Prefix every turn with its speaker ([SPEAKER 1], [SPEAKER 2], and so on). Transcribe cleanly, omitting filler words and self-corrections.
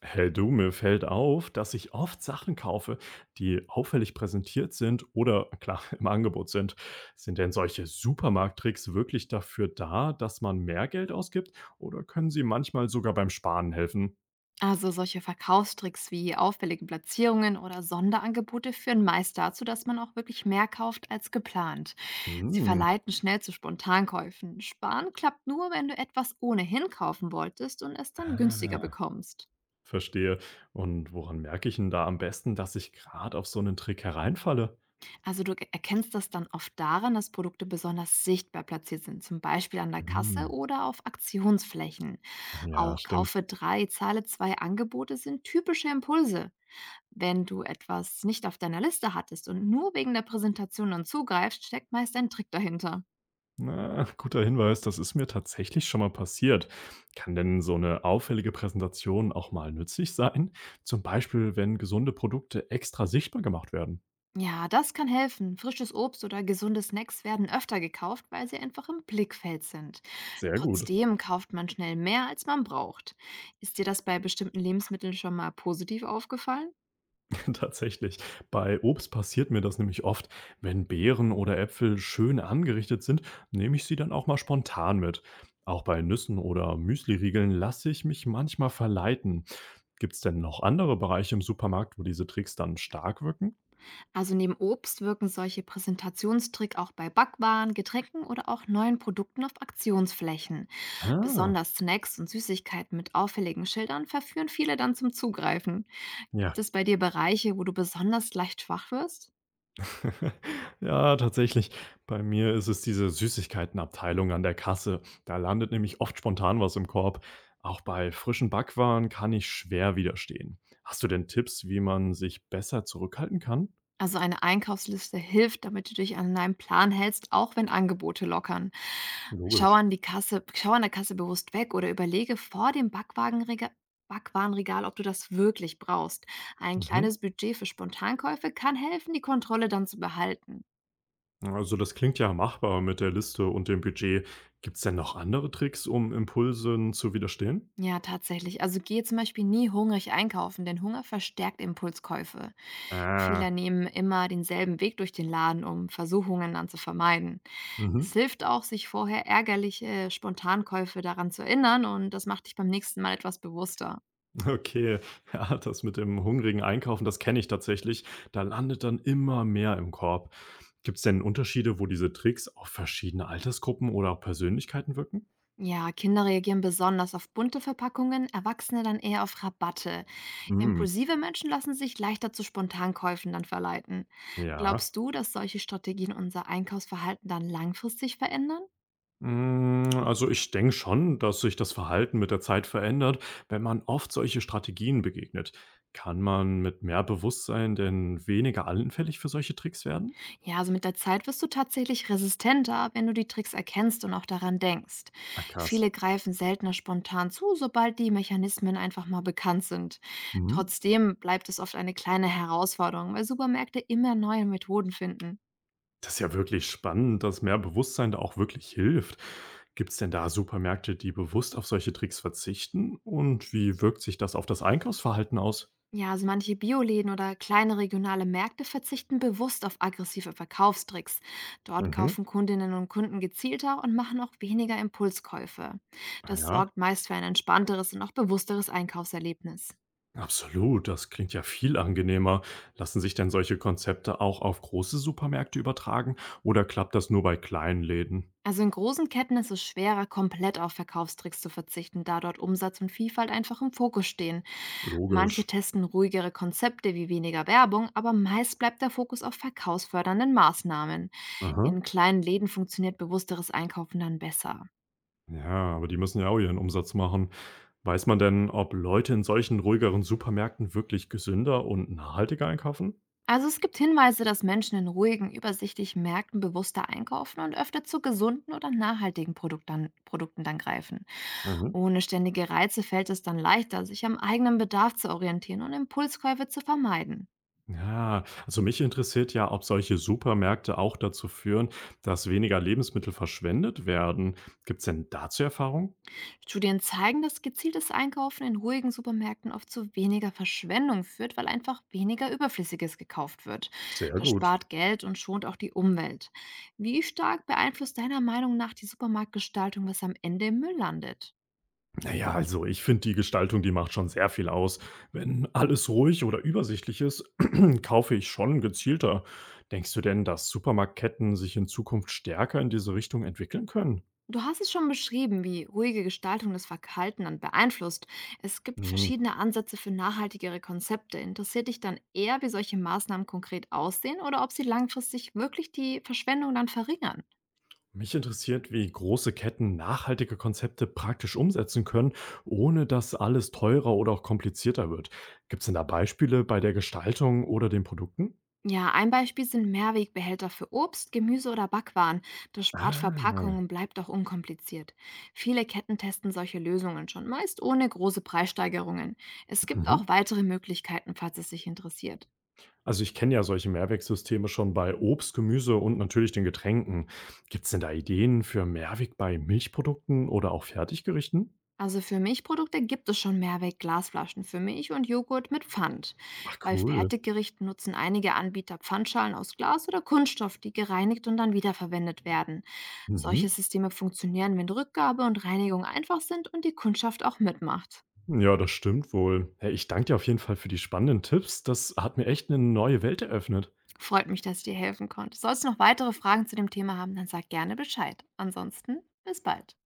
[SPEAKER 1] Hey du, mir fällt auf, dass ich oft Sachen kaufe, die auffällig präsentiert sind oder klar im Angebot sind. Sind denn solche Supermarkttricks wirklich dafür da, dass man mehr Geld ausgibt oder können sie manchmal sogar beim Sparen helfen?
[SPEAKER 2] Also solche Verkaufstricks wie auffällige Platzierungen oder Sonderangebote führen meist dazu, dass man auch wirklich mehr kauft als geplant. Sie
[SPEAKER 1] Hm.
[SPEAKER 2] verleiten schnell zu Spontankäufen. Sparen klappt nur, wenn du etwas ohnehin kaufen wolltest und es dann günstiger
[SPEAKER 1] Ah,
[SPEAKER 2] bekommst.
[SPEAKER 1] verstehe. Und woran merke ich denn da am besten, dass ich gerade auf so einen Trick hereinfalle?
[SPEAKER 2] Also du erkennst das dann oft daran, dass Produkte besonders sichtbar platziert sind, zum Beispiel an der Kasse
[SPEAKER 1] Hm.
[SPEAKER 2] oder auf Aktionsflächen.
[SPEAKER 1] Ja,
[SPEAKER 2] Auch
[SPEAKER 1] stimmt.
[SPEAKER 2] "Kaufe 3, Zahle 2" Angebote sind typische Impulse. Wenn du etwas nicht auf deiner Liste hattest und nur wegen der Präsentation dann zugreifst, steckt meist ein Trick dahinter.
[SPEAKER 1] Na, guter Hinweis, das ist mir tatsächlich schon mal passiert. Kann denn so eine auffällige Präsentation auch mal nützlich sein? Zum Beispiel, wenn gesunde Produkte extra sichtbar gemacht werden?
[SPEAKER 2] Ja, das kann helfen. Frisches Obst oder gesunde Snacks werden öfter gekauft, weil sie einfach im Blickfeld sind.
[SPEAKER 1] Sehr gut,
[SPEAKER 2] Trotzdem kauft man schnell mehr, als man braucht. Ist dir das bei bestimmten Lebensmitteln schon mal positiv aufgefallen?
[SPEAKER 1] tatsächlich. Bei Obst passiert mir das nämlich oft. Wenn Beeren oder Äpfel schön angerichtet sind, nehme ich sie dann auch mal spontan mit. Auch bei Nüssen oder Müsliriegeln lasse ich mich manchmal verleiten. Gibt es denn noch andere Bereiche im Supermarkt, wo diese Tricks dann stark wirken?
[SPEAKER 2] Also neben Obst wirken solche Präsentationstrick auch bei Backwaren, Getränken oder auch neuen Produkten auf Aktionsflächen.
[SPEAKER 1] Ah,
[SPEAKER 2] Besonders Snacks und Süßigkeiten mit auffälligen Schildern verführen viele dann zum Zugreifen.
[SPEAKER 1] ja.
[SPEAKER 2] Gibt es bei dir Bereiche, wo du besonders leicht schwach wirst?
[SPEAKER 1] Ja, tatsächlich. Bei mir ist es diese Süßigkeitenabteilung an der Kasse. Da landet nämlich oft spontan was im Korb. Auch bei frischen Backwaren kann ich schwer widerstehen. Hast du denn Tipps, wie man sich besser zurückhalten kann?
[SPEAKER 2] Also eine Einkaufsliste hilft, damit du dich an deinem Plan hältst, auch wenn Angebote lockern. Schau
[SPEAKER 1] Logisch.
[SPEAKER 2] an, die Kasse, schau an der Kasse bewusst weg oder überlege vor dem Backwarenregal, ob du das wirklich brauchst. Ein
[SPEAKER 1] Mhm.
[SPEAKER 2] kleines Budget für Spontankäufe kann helfen, die Kontrolle dann zu behalten.
[SPEAKER 1] Also das klingt ja machbar mit der Liste und dem Budget. Gibt es denn noch andere Tricks, um Impulsen zu widerstehen?
[SPEAKER 2] Ja, tatsächlich. Also gehe zum Beispiel nie hungrig einkaufen, denn Hunger verstärkt Impulskäufe. Viele
[SPEAKER 1] Ah.
[SPEAKER 2] nehmen immer denselben Weg durch den Laden, um Versuchungen dann zu vermeiden. Es
[SPEAKER 1] Mhm.
[SPEAKER 2] hilft auch, sich vorher ärgerliche Spontankäufe daran zu erinnern und das macht dich beim nächsten Mal etwas bewusster.
[SPEAKER 1] Okay, ja, das mit dem hungrigen Einkaufen, das kenne ich tatsächlich. Da landet dann immer mehr im Korb. Gibt es denn Unterschiede, wo diese Tricks auf verschiedene Altersgruppen oder auch Persönlichkeiten wirken?
[SPEAKER 2] Ja, Kinder reagieren besonders auf bunte Verpackungen, Erwachsene dann eher auf Rabatte.
[SPEAKER 1] Hm,
[SPEAKER 2] Impulsive Menschen lassen sich leichter zu Spontankäufen dann verleiten.
[SPEAKER 1] ja.
[SPEAKER 2] Glaubst du, dass solche Strategien unser Einkaufsverhalten dann langfristig verändern?
[SPEAKER 1] Also ich denke schon, dass sich das Verhalten mit der Zeit verändert, wenn man oft solche Strategien begegnet. Kann man mit mehr Bewusstsein denn weniger anfällig für solche Tricks werden?
[SPEAKER 2] Ja, also mit der Zeit wirst du tatsächlich resistenter, wenn du die Tricks erkennst und auch daran denkst.
[SPEAKER 1] Ach
[SPEAKER 2] Viele
[SPEAKER 1] krass.
[SPEAKER 2] greifen seltener spontan zu, sobald die Mechanismen einfach mal bekannt sind.
[SPEAKER 1] Mhm.
[SPEAKER 2] Trotzdem bleibt es oft eine kleine Herausforderung, weil Supermärkte immer neue Methoden finden.
[SPEAKER 1] Das ist ja wirklich spannend, dass mehr Bewusstsein da auch wirklich hilft. Gibt es denn da Supermärkte, die bewusst auf solche Tricks verzichten? Und wie wirkt sich das auf das Einkaufsverhalten aus?
[SPEAKER 2] Ja, also manche Bioläden oder kleine regionale Märkte verzichten bewusst auf aggressive Verkaufstricks. Dort
[SPEAKER 1] Mhm.
[SPEAKER 2] kaufen Kundinnen und Kunden gezielter und machen auch weniger Impulskäufe. Das
[SPEAKER 1] Ja,
[SPEAKER 2] sorgt meist für ein entspannteres und auch bewussteres Einkaufserlebnis.
[SPEAKER 1] absolut. Das klingt ja viel angenehmer. Lassen sich denn solche Konzepte auch auf große Supermärkte übertragen oder klappt das nur bei kleinen Läden?
[SPEAKER 2] Also in großen Ketten ist es schwerer, komplett auf Verkaufstricks zu verzichten, da dort Umsatz und Vielfalt einfach im Fokus stehen. Manche
[SPEAKER 1] Logisch.
[SPEAKER 2] testen ruhigere Konzepte wie weniger Werbung, aber meist bleibt der Fokus auf verkaufsfördernden Maßnahmen.
[SPEAKER 1] Aha.
[SPEAKER 2] In kleinen Läden funktioniert bewussteres Einkaufen dann besser.
[SPEAKER 1] Ja, aber die müssen ja auch ihren Umsatz machen. Weiß man denn, ob Leute in solchen ruhigeren Supermärkten wirklich gesünder und nachhaltiger einkaufen?
[SPEAKER 2] Also es gibt Hinweise, dass Menschen in ruhigen, übersichtlichen Märkten bewusster einkaufen und öfter zu gesunden oder nachhaltigen Produkten dann greifen.
[SPEAKER 1] Mhm.
[SPEAKER 2] Ohne ständige Reize fällt es dann leichter, sich am eigenen Bedarf zu orientieren und Impulskäufe zu vermeiden.
[SPEAKER 1] Ja, also mich interessiert ja, ob solche Supermärkte auch dazu führen, dass weniger Lebensmittel verschwendet werden. Gibt's denn dazu Erfahrung?
[SPEAKER 2] Studien zeigen, dass gezieltes Einkaufen in ruhigen Supermärkten oft zu weniger Verschwendung führt, weil einfach weniger Überflüssiges gekauft wird.
[SPEAKER 1] Sehr
[SPEAKER 2] Das
[SPEAKER 1] gut.
[SPEAKER 2] spart Geld und schont auch die Umwelt. Wie stark beeinflusst deiner Meinung nach die Supermarktgestaltung, was am Ende im Müll landet?
[SPEAKER 1] Naja, also ich finde die Gestaltung, die macht schon sehr viel aus. Wenn alles ruhig oder übersichtlich ist, kaufe ich schon gezielter. Denkst du denn, dass Supermarktketten sich in Zukunft stärker in diese Richtung entwickeln können?
[SPEAKER 2] Du hast es schon beschrieben, wie ruhige Gestaltung das Verhalten dann beeinflusst. Es gibt verschiedene Ansätze für nachhaltigere Konzepte. Interessiert dich dann eher, wie solche Maßnahmen konkret aussehen oder ob sie langfristig wirklich die Verschwendung dann verringern?
[SPEAKER 1] Mich interessiert, wie große Ketten nachhaltige Konzepte praktisch umsetzen können, ohne dass alles teurer oder auch komplizierter wird. Gibt es denn da Beispiele bei der Gestaltung oder den Produkten?
[SPEAKER 2] Ja, ein Beispiel sind Mehrwegbehälter für Obst, Gemüse oder Backwaren. Das spart Verpackungen und
[SPEAKER 1] Ah,
[SPEAKER 2] bleibt auch unkompliziert. Viele Ketten testen solche Lösungen schon, meist ohne große Preissteigerungen. Es gibt
[SPEAKER 1] mhm.
[SPEAKER 2] auch weitere Möglichkeiten, falls es dich interessiert.
[SPEAKER 1] Also ich kenne ja solche Mehrwegsysteme schon bei Obst, Gemüse und natürlich den Getränken. Gibt es denn da Ideen für Mehrweg bei Milchprodukten oder auch Fertiggerichten?
[SPEAKER 2] Also für Milchprodukte gibt es schon Mehrweg-Glasflaschen für Milch und Joghurt mit Pfand.
[SPEAKER 1] Ach
[SPEAKER 2] Bei
[SPEAKER 1] cool.
[SPEAKER 2] Fertiggerichten nutzen einige Anbieter Pfandschalen aus Glas oder Kunststoff, die gereinigt und dann wiederverwendet werden.
[SPEAKER 1] Mhm.
[SPEAKER 2] Solche Systeme funktionieren, wenn Rückgabe und Reinigung einfach sind und die Kundschaft auch mitmacht.
[SPEAKER 1] Ja, das stimmt wohl. Hey, ich danke dir auf jeden Fall für die spannenden Tipps. Das hat mir echt eine neue Welt eröffnet.
[SPEAKER 2] Freut mich, dass ich dir helfen konnte. Sollst du noch weitere Fragen zu dem Thema haben, dann sag gerne Bescheid. Ansonsten bis bald.